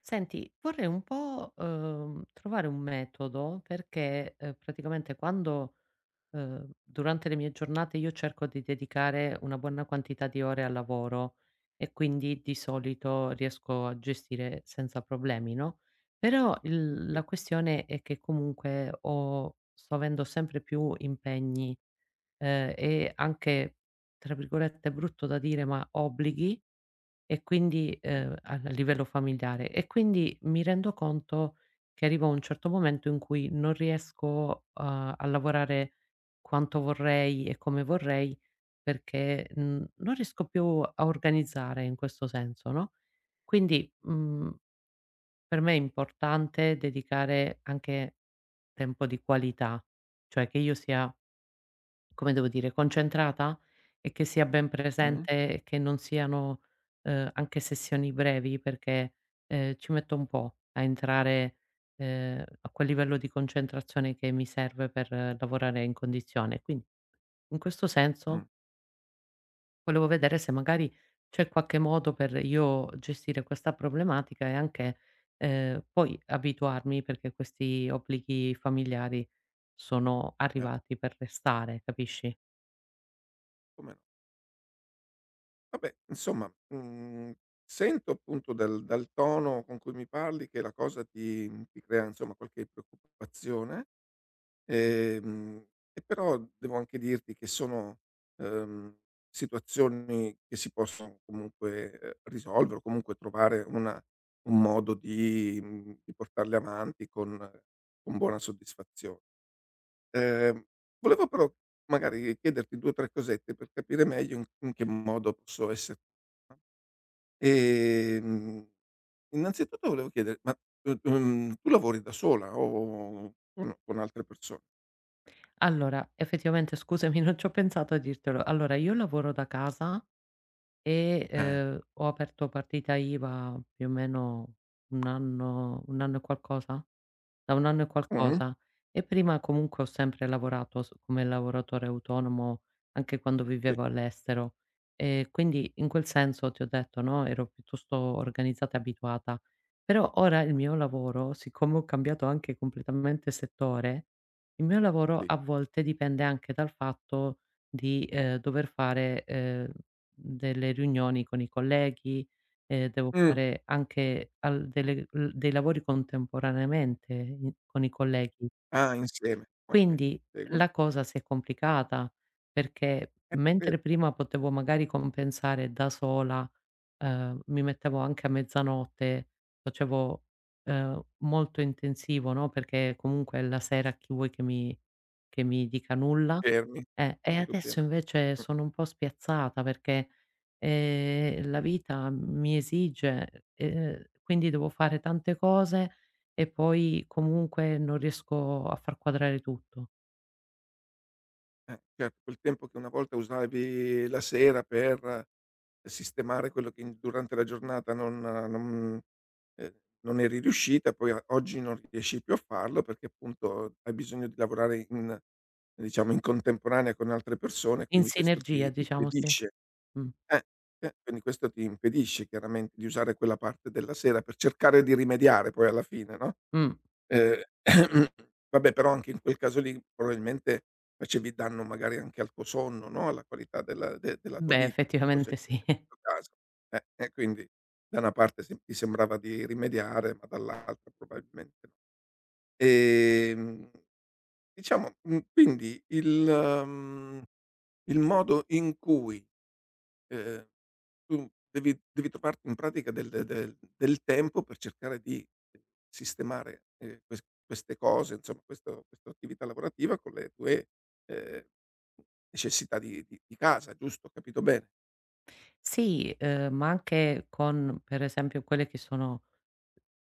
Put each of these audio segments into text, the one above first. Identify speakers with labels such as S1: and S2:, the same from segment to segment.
S1: Senti, vorrei un po', trovare un metodo perché, praticamente quando, durante le mie giornate io cerco di dedicare una buona quantità di ore al lavoro e quindi di solito riesco a gestire senza problemi, no, però il la questione è che comunque ho sto avendo sempre più impegni, e anche, tra virgolette, è "brutto da dire", ma obblighi e quindi, a livello familiare. E quindi mi rendo conto che arrivo a un certo momento in cui non riesco a lavorare quanto vorrei e come vorrei perché, non riesco più a organizzare in questo senso, no, quindi, per me è importante dedicare anche tempo di qualità, cioè che io sia, come devo dire, concentrata e che sia ben
S2: Mh-mh,
S1: presente e che non siano, anche sessioni brevi perché, ci metto un po' a entrare, a quel livello di concentrazione che mi serve per lavorare in condizione. Quindi, in questo
S2: mh,
S1: senso, volevo vedere se magari c'è qualche modo per io gestire questa problematica e anche, poi abituarmi, perché questi obblighi familiari sono
S2: eh,
S1: arrivati per restare, capisci?
S2: come no. Vabbè, insomma, sento appunto dal tono con cui mi parli che la cosa ti crea insomma qualche preoccupazione, ehm, e però devo anche dirti che sono, ehm, situazioni che si possono comunque, risolvere o comunque trovare una un modo di portarle avanti con buona soddisfazione. Ehm, Volevo però magari chiederti 2 o 3 cosette per capire meglio in che modo posso esser no, ehm, innanzitutto volevo chiedere, ma, tu lavori da sola o con altre persone?
S1: Allora, effettivamente scusami, non ci ho pensato a dirtelo. Allora, io lavoro da casa e,
S2: Eh.
S1: ho aperto partita IVA più o meno 1 anno, 1 anno e qualcosa? Da 1 anno e
S2: Mh-mh.
S1: qualcosa. E prima comunque ho sempre lavorato s come lavoratore autonomo, anche quando
S2: Sì,
S1: vivevo all'estero. E quindi in quel senso ti ho detto, no, ero piuttosto organizzata e abituata. Però ora il mio lavoro, siccome ho cambiato anche completamente settore, il mio lavoro
S2: sì.
S1: a volte dipende anche dal fatto di, dover fare, delle riunioni con i colleghi. Devo
S2: Mh.
S1: fare anche al delle l dei lavori contemporaneamente in con i colleghi.
S2: Ah, insieme. Okay,
S1: Quindi
S2: seguo.
S1: la cosa si è complicata, perché
S2: E perché?
S1: mentre prima potevo magari compensare da sola, mi mettevo anche a mezzanotte, facevo, molto intensivo, no, perché comunque è la sera, chi vuoi che mi dica nulla?
S2: Fermi.
S1: E
S2: Indubbiame.
S1: adesso invece sono un po' spiazzata perché, la vita mi esige, quindi devo fare tante cose e poi comunque non riesco a far quadrare tutto.
S2: Certo, quel tempo che una volta usavi la sera per sistemare quello che in durante la giornata non ehm, non eri riuscita, poi a oggi non riesci più a farlo perché appunto hai bisogno di lavorare in diciamo in contemporanea con altre persone,
S1: In
S2: quindi questo
S1: sinergia,
S2: ti
S1: diciamo, sì.
S2: impedisce.
S1: Mh,
S2: eh, quindi questo ti impedisce chiaramente di usare quella parte della sera per cercare di rimediare poi alla fine, no?
S1: mh.
S2: Ehm, Vabbè però anche in quel caso lì probabilmente facevi danno magari anche al tuo sonno, no, alla qualità della tua
S1: Beh,
S2: vita. Non so se
S1: effettivamente
S2: c'è
S1: sì.
S2: anche questo caso. E quindi da una parte sem ti sembrava di rimediare, ma dall'altra probabilmente no. Ehm, diciamo, quindi il modo in cui Ehm, tu devi trovarti in pratica del tempo per cercare di sistemare, queste cose, insomma, questo questa attività lavorativa con le tue, ehm, necessità di casa, giusto? Ho capito bene?
S1: Sì, ma anche con, per esempio, quelle che sono,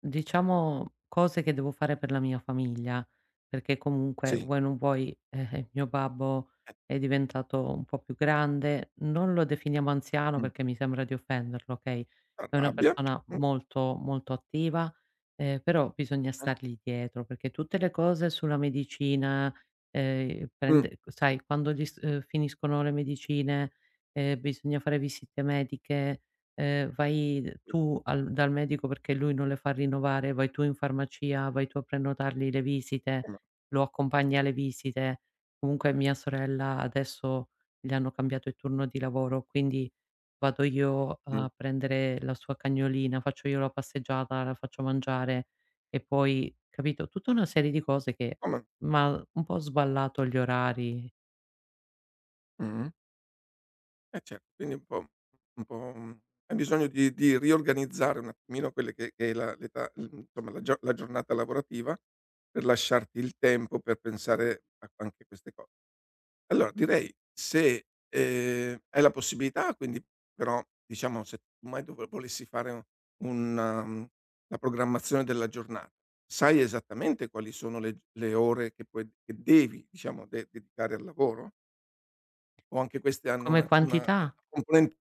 S1: diciamo, cose che devo fare per la mia famiglia, perché comunque
S2: Sì.
S1: vuoi non vuoi, mio babbo
S2: Eh.
S1: è diventato un po' più grande, non lo definiamo anziano
S2: Mh.
S1: perché mi sembra di offenderlo, okay, è una
S2: T'arrabbia.
S1: persona
S2: Mh.
S1: molto, molto attiva, però bisogna
S2: Eh.
S1: stargli dietro, perché tutte le cose sulla medicina,
S2: Mh.
S1: prende, sai, quando gli s finiscono le medicine, bisogna fare visite mediche, vai
S2: Sì,
S1: tu al dal medico perché lui non le fa rinnovare, vai tu in farmacia, vai tu a prenotargli le visite,
S2: come
S1: lo accompagni alle visite. Comunque mia sorella adesso, gli hanno cambiato il turno di lavoro, quindi vado io
S2: mh,
S1: a prendere la sua cagnolina, faccio io la passeggiata, la faccio mangiare e poi, capito, tutta una serie di cose che
S2: come
S1: m'ha un po' sballato gli orari
S2: mh. Eh certo, quindi un po', hai bisogno di riorganizzare un attimino quelle che è insomma la giornata lavorativa, per lasciarti il tempo per pensare a anche queste cose. Allora direi se, hai la possibilità, quindi però diciamo se tu mai dov volessi fare una mhmm, la programmazione della giornata, sai esattamente quali sono le ore che puoi che devi, diciamo, de dedicare al lavoro? O anche queste hanno
S1: come
S2: una
S1: quantità.
S2: componente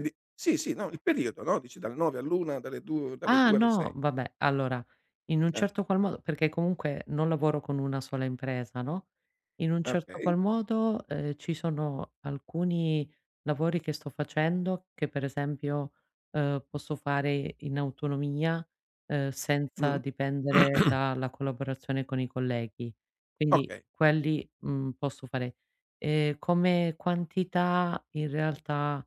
S2: di sì, sì, no, il periodo, no, dici dal 9 all'1, dalle
S1: Ah
S2: 2 alle
S1: no,
S2: 6.
S1: vabbè, allora, in un
S2: Eh,
S1: certo qual modo, perché comunque non lavoro con una sola impresa, no, in un certo
S2: okay.
S1: qual modo, ci sono alcuni lavori che sto facendo che, per esempio, posso fare in autonomia, senza
S2: Mh.
S1: dipendere dalla collaborazione con i colleghi. Quindi
S2: Okay.
S1: quelli, posso fare. Come quantità, in realtà,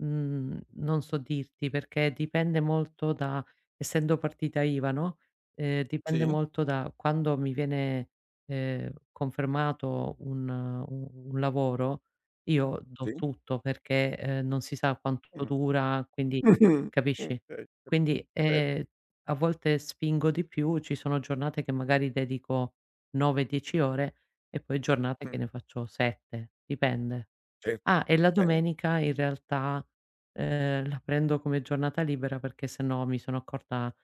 S1: Non so dirti, perché dipende molto da, essendo partita IVA, no, dipende
S2: Sì,
S1: molto da quando mi viene, confermato un lavoro, io do
S2: sì.
S1: tutto perché, non si sa quanto
S2: Mh.
S1: dura, quindi capisci?
S2: Okay, capi
S1: Quindi,
S2: cer
S1: a volte spingo di più, ci sono giornate che magari dedico 9, 10 ore e poi giornate che
S2: mh,
S1: ne faccio 7, dipende.
S2: certo,
S1: Ah, e la
S2: okay,
S1: domenica, in realtà, la prendo come giornata libera, perché sennò mi sono accorta,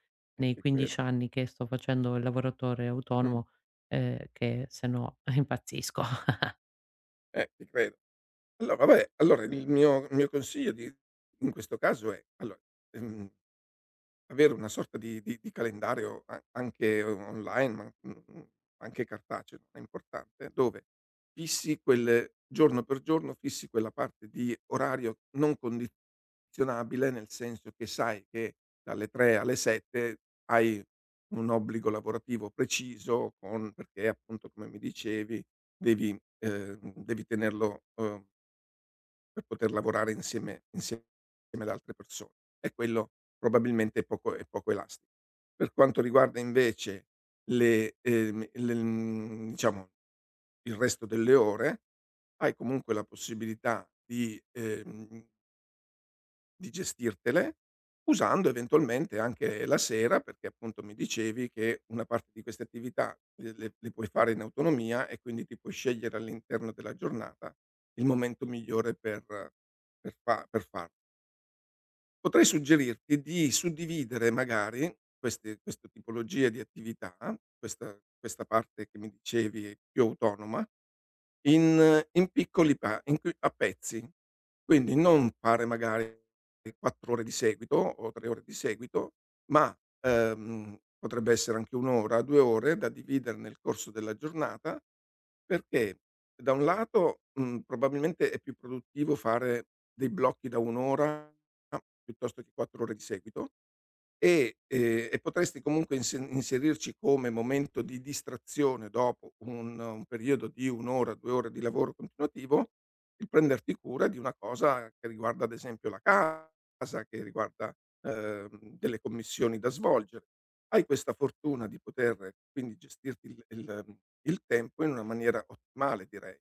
S2: e
S1: nei
S2: ti credo.
S1: 15 anni che sto facendo il lavoratore
S2: Mh.
S1: autonomo, che sennò impazzisco.
S2: Ti credo. Allora vabbè, allora il mio consiglio di in questo caso è allora, ehm avere una sorta di calendario a anche o online, ma, anche cartaceo è importante, dove fissi quel giorno per giorno, fissi quella parte di orario non condizionabile, nel senso che sai che dalle 3 alle 7 hai un obbligo lavorativo preciso con perché appunto, come mi dicevi, devi devi tenerlo, per poter lavorare insieme ad altre persone e quello probabilmente è poco elasti per quanto riguarda invece le diciamo il resto delle ore, hai comunque la possibilità di gestirtele usando eventualmente anche la sera, perché appunto mi dicevi che una parte di queste attività le puoi fare in autonomia e quindi ti puoi scegliere all'interno della giornata il momento migliore per farlo. Potrei suggerirti di suddividere magari queste tipologie di attività, questa parte che mi dicevi più autonoma in in piccoli pa in qui a pezzi. Quindi non fare magari 4 ore di seguito o 3 ore di seguito, ma, potrebbe essere anche 1 ora, 2 ore da dividere nel corso della giornata, perché da un lato, probabilmente è più produttivo fare dei blocchi da 1 ora piuttosto che 4 ore di seguito e potresti comunque inserirci come momento di distrazione dopo un periodo di 1 ora, 2 ore di lavoro continuativo, il prenderti cura di una cosa che riguarda ad esempio la casa, che riguarda, delle commissioni da svolgere. Hai questa fortuna di poter quindi gestirti il tempo in una maniera ottimale direi.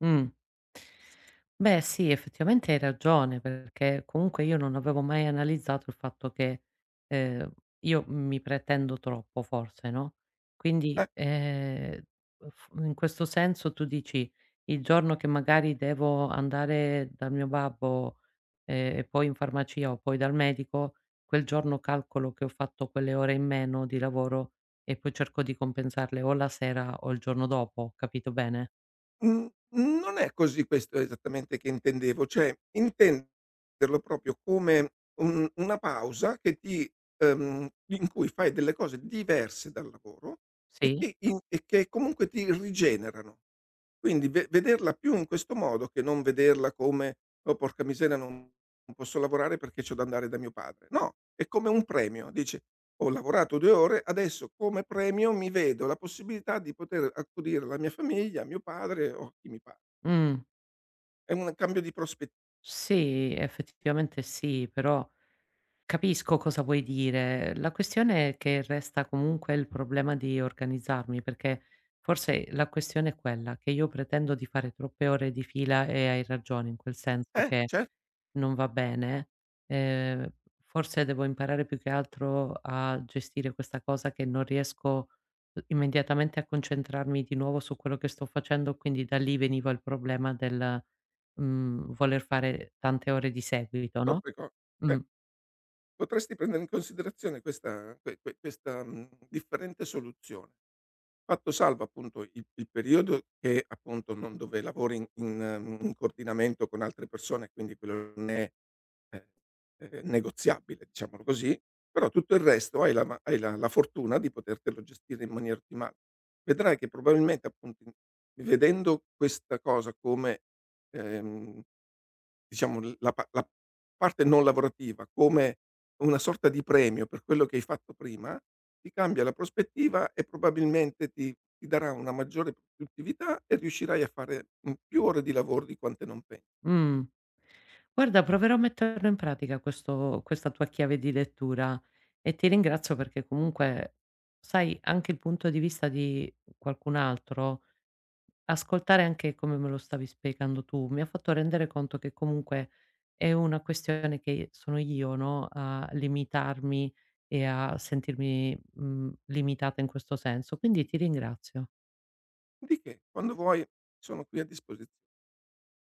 S1: Mh. Beh sì, effettivamente hai ragione, perché comunque io non avevo mai analizzato il fatto che, ehm, io mi pretendo troppo forse, no,
S2: Eh.
S1: quindi, f in questo senso tu dici: "Il giorno che magari devo andare dal mio babbo, e poi in farmacia o poi dal medico, quel giorno calcolo che ho fatto quelle ore in meno di lavoro e poi cerco di compensarle o la sera o il giorno dopo." Ho capito bene?
S2: Mhmm, Non è così questo esattamente che intendevo, cioè intenderlo proprio come un una pausa che ti in cui fai delle cose diverse dal lavoro e
S1: Sì?
S2: che i. E che comunque ti rigenerano. Quindi ve vederla più in questo modo che non vederla come: "Oh porca miseria non posso lavorare perché c'ho da andare da mio padre". No, è come un premio, dici ho lavorato 2 ore, adesso come premio mi vedo la possibilità di poter accudire la mia famiglia, mio padre o chi mi pa.
S1: Mh,
S2: È un cambio di prospet.
S1: sì, effettivamente sì, però capisco cosa vuoi dire. La questione è che resta comunque il problema di organizzarmi, perché forse la questione è quella, che io pretendo di fare troppe ore di fila, e hai ragione in quel senso
S2: Eh,
S1: che
S2: certo.
S1: non va bene. Ehm, forse devo imparare, più che altro, a gestire questa cosa che non riesco u immediatamente a concentrarmi di nuovo su quello che sto facendo, quindi da lì veniva il problema del, voler fare tante ore di seguito, no,
S2: Troppe co. Eh,
S1: mh,
S2: potresti prendere in considerazione questa questa, differente soluzione, fatto salvo appunto il periodo che appunto non dove lavori in coordinamento con altre persone, quindi quello non è. Eh, negoziabile diciamolo così, però tutto il resto hai la ma hai la fortuna di potertelo gestire in maniera ottimale. Vedrai che probabilmente appunto in vedendo questa cosa come, ehm, diciamo l la pa la parte non lavorativa come una sorta di premio per quello che hai fatto prima, ti cambia la prospettiva e probabilmente ti darà una maggiore produttività e riuscirai a fare, più ore di lavoro di quante non pen.
S1: mh. Guarda, proverò a metterlo in pratica, questo questa tua chiave di lettura, e ti ringrazio, perché comunque, sai, anche il punto di vista di qualcun altro, ascoltare anche come me lo stavi spiegando tu, mi ha fatto rendere conto che comunque è una questione che sono io, no, a limitarmi e a sentirmi, limitata in questo senso, quindi ti ringrazio.
S2: Di che, quando vuoi sono qui a disposiz.